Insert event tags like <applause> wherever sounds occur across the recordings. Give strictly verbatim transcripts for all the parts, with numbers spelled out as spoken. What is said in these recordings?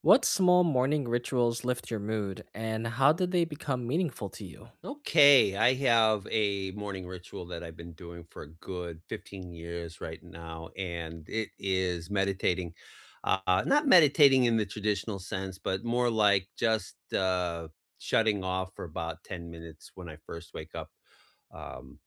What small morning rituals lift your mood, and how did they become meaningful to you? Okay, I have a morning ritual that I've been doing for a good fifteen years right now, and it is meditating. Uh, not meditating in the traditional sense, but more like just uh, shutting off for about ten minutes when I first wake up. Um,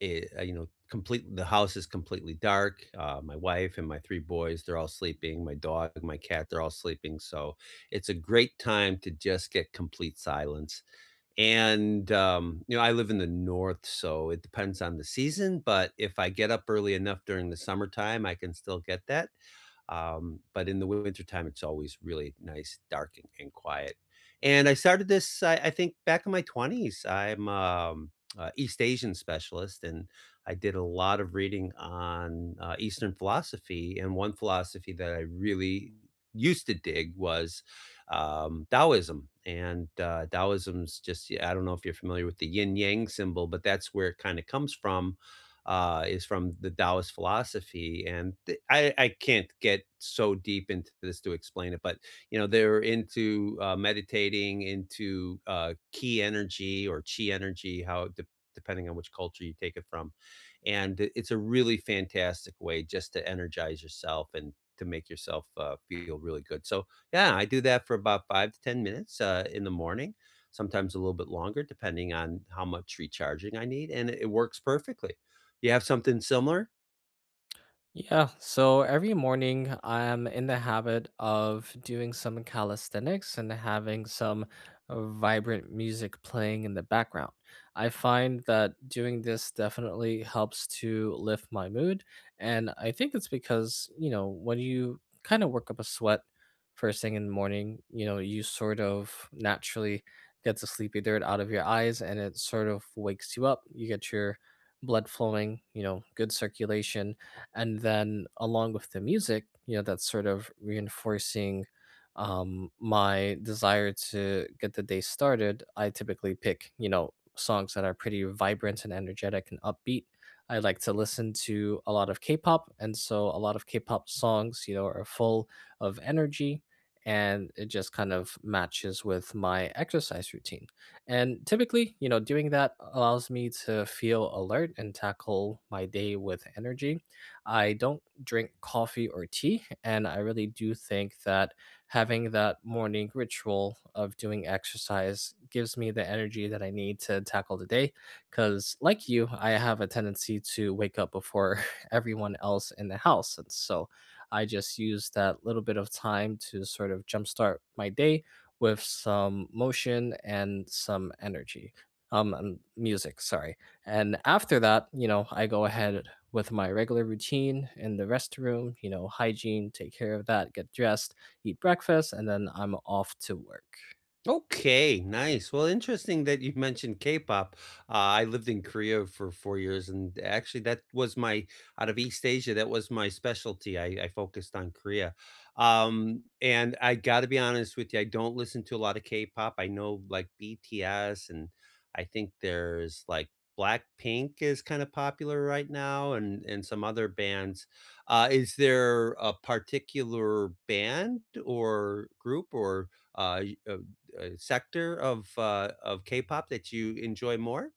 it, uh, you know, complete the house is completely dark. Uh, my wife and my three boys, they're all sleeping. My dog, my cat, they're all sleeping. So it's a great time to just get complete silence and, um, you know, I live in the north, so it depends on the season, but if I get up early enough during the summertime, I can still get that. Um, but in the wintertime, it's always really nice, dark, and, and quiet. And I started this, I, I think, back in my twenties. I'm um, uh, East Asian specialist, and I did a lot of reading on uh, Eastern philosophy. And one philosophy that I really used to dig was um, Taoism. And uh, Taoism's just, yeah, I don't know if you're familiar with the yin yang symbol, but that's where it kind of comes from, uh, is from the Taoist philosophy. And th- I, I can't get so deep into this to explain it, but you know, they're into uh, meditating, into uh, key energy or chi energy, how de- depending on which culture you take it from and it- it's a really fantastic way just to energize yourself and to make yourself uh, feel really good. So yeah, I do that for about five to ten minutes, uh, in the morning, sometimes a little bit longer depending on how much recharging I need, and it it works perfectly. You have something similar? Yeah, so every morning I'm in the habit of doing some calisthenics and having some uh, vibrant music playing in the background. I find that doing this definitely helps to lift my mood. And I think it's because, you know, when you kind of work up a sweat first thing in the morning, you know, you sort of naturally get the sleepy dirt out of your eyes and it sort of wakes you up. You get your blood flowing, you know, good circulation. And then along with the music, you know, that's sort of reinforcing um my desire to get the day started. I typically pick, you know, songs that are pretty vibrant and energetic and upbeat. I like to listen to a lot of k-pop, and so a lot of k-pop songs, you know, are full of energy, and it just kind of matches with my exercise routine. And typically, you know, doing that allows me to feel alert and tackle my day with energy. I don't drink coffee or tea, and I really do think that having that morning ritual of doing exercise gives me the energy that I need to tackle the day. Because, like you, I have a tendency to wake up before <laughs> everyone else in the house. And so I just use that little bit of time to sort of jumpstart my day with some motion and some energy um and music, sorry. And after that, you know, I go ahead with my regular routine in the restroom, you know, hygiene, take care of that, get dressed, eat breakfast, and then I'm off to work. Okay, nice. Well, interesting that you mentioned K-pop. Uh, I lived in Korea for four years, and actually, that was my out of East Asia. That was my specialty. I, I focused on Korea, um, and I got to be honest with you. I don't listen to a lot of K-pop. I know like B T S, and I think there's like Blackpink is kind of popular right now, and and some other bands. Uh, is there a particular band or group or uh, uh, sector of, uh, of K-pop that you enjoy more?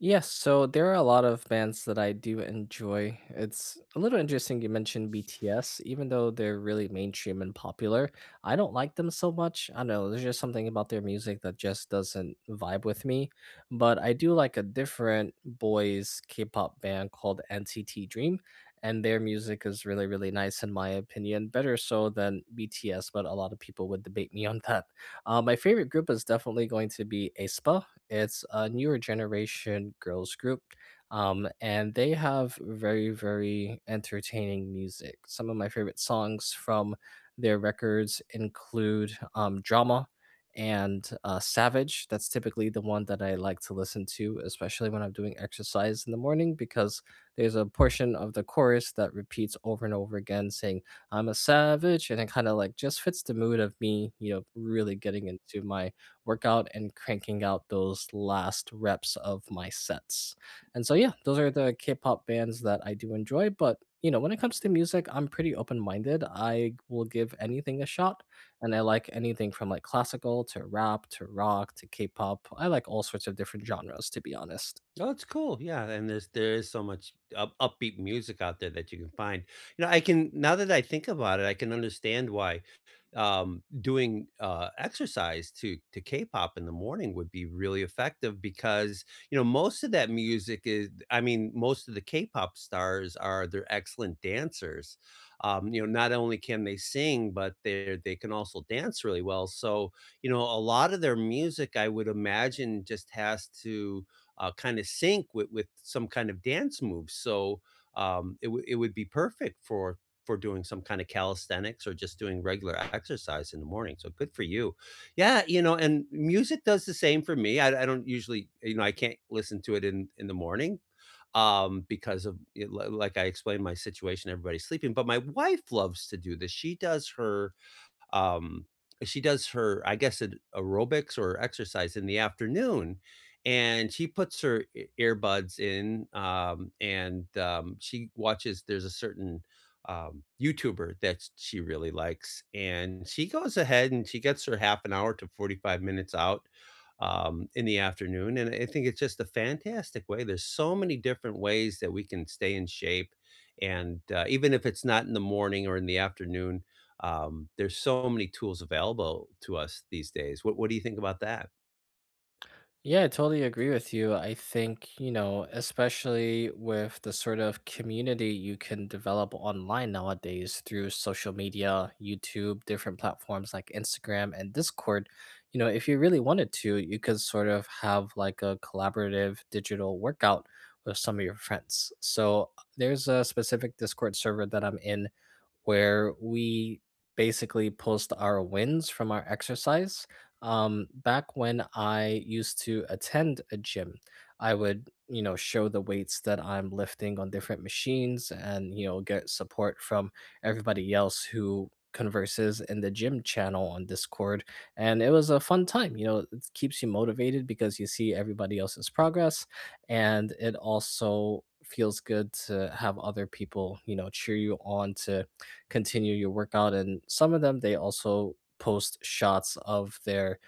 Yes, so there are a lot of bands that I do enjoy. It's a little interesting you mentioned B T S, even though they're really mainstream and popular. I don't like them so much. I don't know, there's just something about their music that just doesn't vibe with me. But I do like a different boys K-pop band called N C T Dream, and their music is really, really nice in my opinion, better so than B T S, but a lot of people would debate me on that. Uh, my favorite group is definitely going to be aespa. It's a newer generation girls group, um, and they have very, very entertaining music. Some of my favorite songs from their records include um, Drama and uh, Savage. That's typically the one that I like to listen to, especially when I'm doing exercise in the morning, because there's a portion of the chorus that repeats over and over again saying, I'm a savage. And it kind of like just fits the mood of me, you know, really getting into my workout and cranking out those last reps of my sets. And so, yeah, those are the K pop bands that I do enjoy. But, you know, when it comes to music, I'm pretty open minded. I will give anything a shot. And I like anything from like classical to rap to rock to K pop. I like all sorts of different genres, to be honest. Oh, it's cool. Yeah, and there's there is so much up, upbeat music out there that you can find. You know, I can, now that I think about it, I can understand why um, doing uh, exercise to to K-pop in the morning would be really effective, because you know most of that music is. I mean, most of the K-pop stars are, they're excellent dancers. Um, you know, not only can they sing, but they they can also dance really well. So you know, a lot of their music, I would imagine, just has to uh, kind of sync with with some kind of dance move. So um, it would it would be perfect for for doing some kind of calisthenics or just doing regular exercise in the morning. So good for you. Yeah, you know, and music does the same for me. I, I don't usually, you know, I can't listen to it in in the morning um because of, you know, li- like I explained my situation, everybody's sleeping. But my wife loves to do this. She does her um, she does her, I guess, it aerobics or exercise in the afternoon, and she puts her e- earbuds in, um, and um, she watches. There's a certain um, YouTuber that sh- she really likes, and she goes ahead and she gets her half an hour to forty-five minutes out um, in the afternoon. And I think it's just a fantastic way. There's so many different ways that we can stay in shape. And uh, even if it's not in the morning or in the afternoon, um, there's so many tools available to us these days. What what do you think about that? Yeah, I totally agree with you. I think, you know, especially with the sort of community you can develop online nowadays through social media, YouTube, different platforms like Instagram and Discord, you know, if you really wanted to, you could sort of have like a collaborative digital workout with some of your friends. So there's a specific Discord server that I'm in where we basically post our wins from our exercise. Um back when I used to attend a gym, I would, you know, show the weights that I'm lifting on different machines, and you know, get support from everybody else who converses in the gym channel on Discord. And it was a fun time. You know, it keeps you motivated because you see everybody else's progress, and it also feels good to have other people, you know, cheer you on to continue your workout. And some of them, they also post shots of their,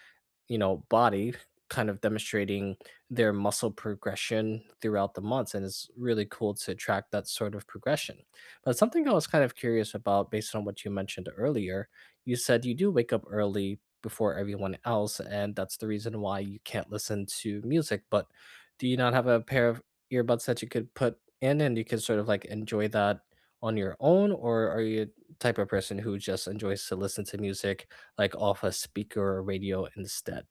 you know, body, kind of demonstrating their muscle progression throughout the months. And it's really cool to track that sort of progression. But something I was kind of curious about based on what you mentioned earlier, you said you do wake up early before everyone else, and that's the reason why you can't listen to music. But do you not have a pair of earbuds that you could put in and you can sort of like enjoy that on your own? Or are you a type of person who just enjoys to listen to music like off a speaker or radio instead?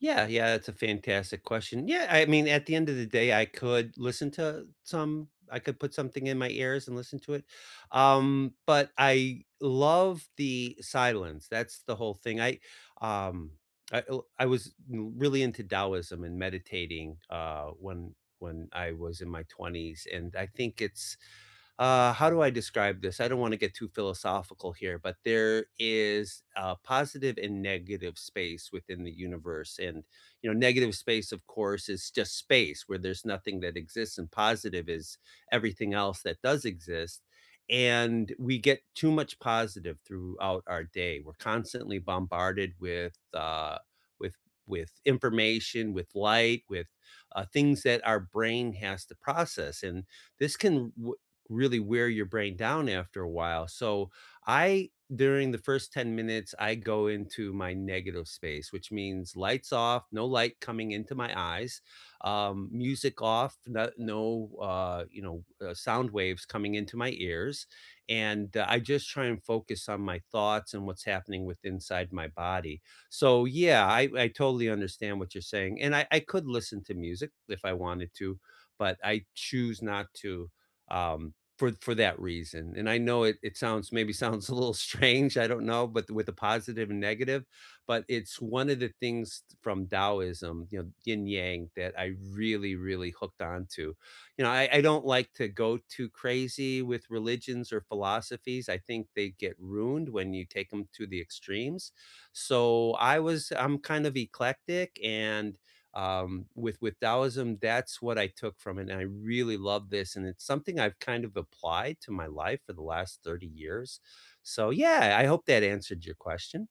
Yeah, yeah, that's a fantastic question. Yeah, I mean, at the end of the day, I could listen to some, I could put something in my ears and listen to it. Um, but I love the silence. That's the whole thing. I um I l- I was really into Taoism and meditating uh when when I was in my twenties, and I think it's, uh, how do I describe this? I don't want to get too philosophical here, but there is a positive and negative space within the universe. And, you know, negative space, of course, is just space where there's nothing that exists, and positive is everything else that does exist. And we get too much positive throughout our day. We're constantly bombarded with, uh, with, with information, with light, with uh, things that our brain has to process. And this can really wear your brain down after a while. So I, during the first ten minutes, I go into my negative space, which means lights off, no light coming into my eyes, um, music off, no, no uh, you know, uh, sound waves coming into my ears, and uh, I just try and focus on my thoughts and what's happening with inside my body. So yeah, I, I totally understand what you're saying, and I, I could listen to music if I wanted to, but I choose not to. Um, for for that reason. And I know it it sounds, maybe <laughs> sounds a little strange, I don't know, but with the positive and negative, but it's one of the things from Taoism, you know, yin yang that I really, really hooked on to. You know, I, I don't like to go too crazy with religions or philosophies. I think they get ruined when you take them to the extremes. So I was I'm kind of eclectic. And um, with with Taoism, that's what I took from it, and I really love this, and it's something I've kind of applied to my life for the last thirty years. So yeah, I hope that answered your question.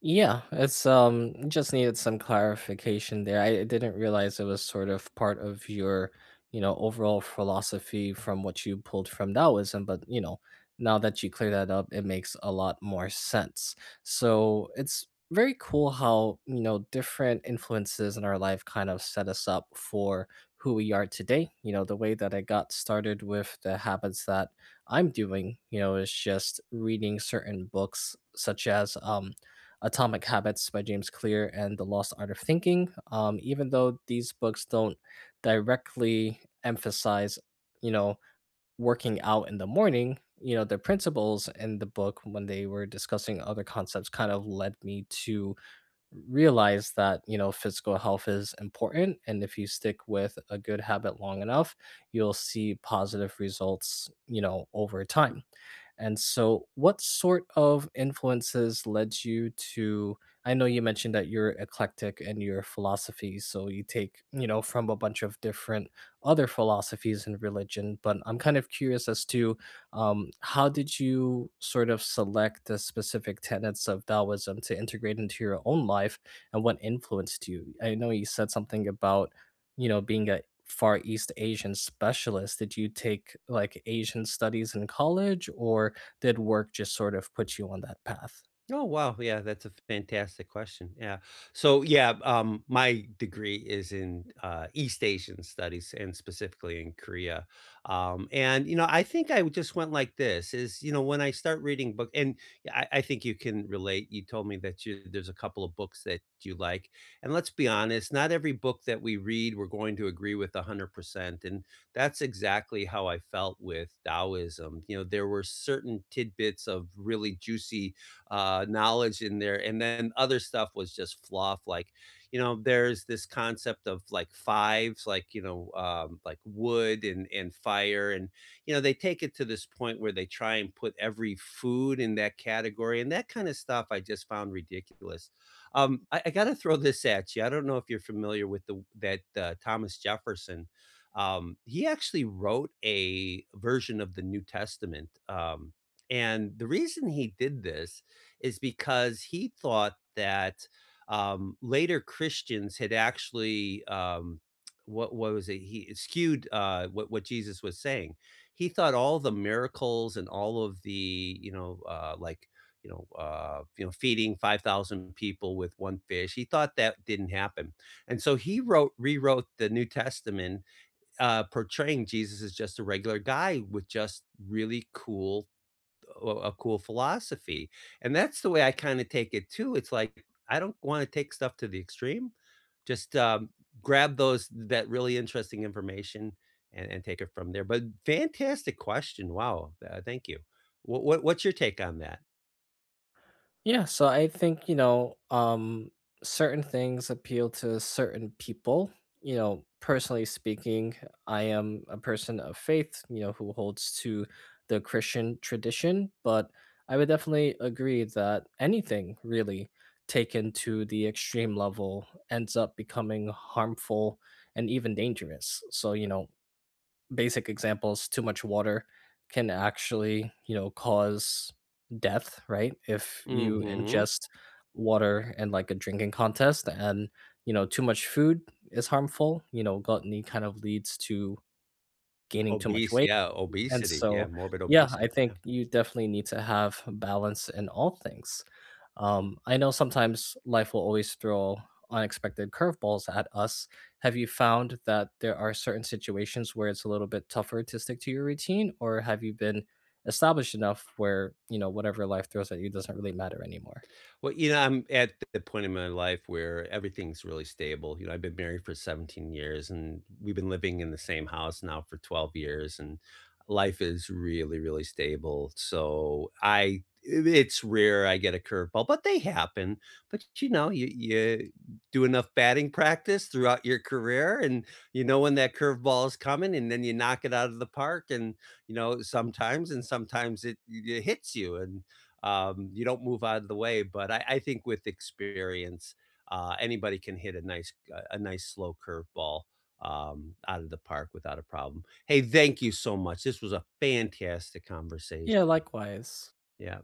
Yeah, it's um just needed some clarification there. I didn't realize it was sort of part of your, you know, overall philosophy from what you pulled from Taoism, but you know, now that you clear that up, it makes a lot more sense. So it's very cool how, you know, different influences in our life kind of set us up for who we are today. You know, the way that I got started with the habits that I'm doing, you know, is just reading certain books such as um Atomic Habits by James Clear and The Lost Art of Thinking. Um, even though these books don't directly emphasize, you know, working out in the morning, you know, the principles in the book when they were discussing other concepts kind of led me to realize that, you know, physical health is important. And if you stick with a good habit long enough, you'll see positive results, you know, over time. And so, what sort of influences led you to? I know you mentioned that you're eclectic in your philosophy, so you take, you know, from a bunch of different other philosophies and religion. But I'm kind of curious as to um, how did you sort of select the specific tenets of Taoism to integrate into your own life, and what influenced you? I know you said something about, you know, being a Far East Asian specialist. Did you take like Asian studies in college, or did work just sort of put you on that path? Oh, wow. Yeah, that's a fantastic question. Yeah. So, yeah, um, my degree is in uh, East Asian studies and specifically in Korea. Um, and, you know, I think I just went like this is, you know, when I start reading book, and I, I think you can relate. You told me that you, there's a couple of books that you like. And let's be honest, not every book that we read, we're going to agree with one hundred percent. And that's exactly how I felt with Taoism. You know, there were certain tidbits of really juicy uh, knowledge in there. And then other stuff was just fluff. Like, you know, there's this concept of like fives, like, you know, um, like wood and, and fire. And, you know, they take it to this point where they try and put every food in that category. And that kind of stuff I just found ridiculous. Um, I, I got to throw this at you. I don't know if you're familiar with the that uh, Thomas Jefferson. Um, he actually wrote a version of the New Testament. Um, and the reason he did this is because he thought that um, later Christians had actually um, what, what was it? He skewed uh, what what Jesus was saying. He thought all the miracles and all of the, you know uh, like you know uh, you know feeding five thousand people with one fish. He thought that didn't happen, and so he wrote rewrote the New Testament, uh, portraying Jesus as just a regular guy with just really cool a a cool philosophy, and that's the way I kinda take it too. It's like, I don't wanna take stuff to the extreme, just, um, grab those that really interesting information and and take it from there. But fantastic question, wow, uh, thank you. What what what's your take on that? Yeah, so I think, you know, um certain things appeal to certain people. You know, personally speaking, I am a person of faith, you know, who holds to the Christian tradition, but I would definitely agree that anything really taken to the extreme level ends up becoming harmful and even dangerous. So, you know, basic examples, too much water can actually, you know, cause death, right, if you Mhm. ingest water in like a drinking contest. And you know, too much food is harmful. You know, gluttony kind of leads to gaining too much Obese, weight. yeah, And obesity, yeah, so, morbid yeah, I obesity, think yeah. you definitely need to have balance in all things. Um, I know sometimes life will always throw unexpected curveballs at us. Have you found that there are certain situations where it's a little bit tougher to stick to your routine, or have you been established enough where, you know, whatever life throws at you doesn't really matter anymore? Well, you know, I'm at the point in my life where everything's really stable. You know, I've been married for seventeen years, and we've been living in the same house now for twelve years, and life is really, really stable. So I, it's rare I get a curveball, but they happen. But you know, you, you do enough batting practice throughout your career, and you know when that curveball is coming and then you knock it out of the park. And, you know, sometimes and sometimes it, it hits you. And um, you don't move out of the way. But I, I think with experience, uh, anybody can hit a nice a a nice slow curveball um, out of the park without a problem. Hey, thank you so much. This was a fantastic conversation. Yeah, likewise. Yeah.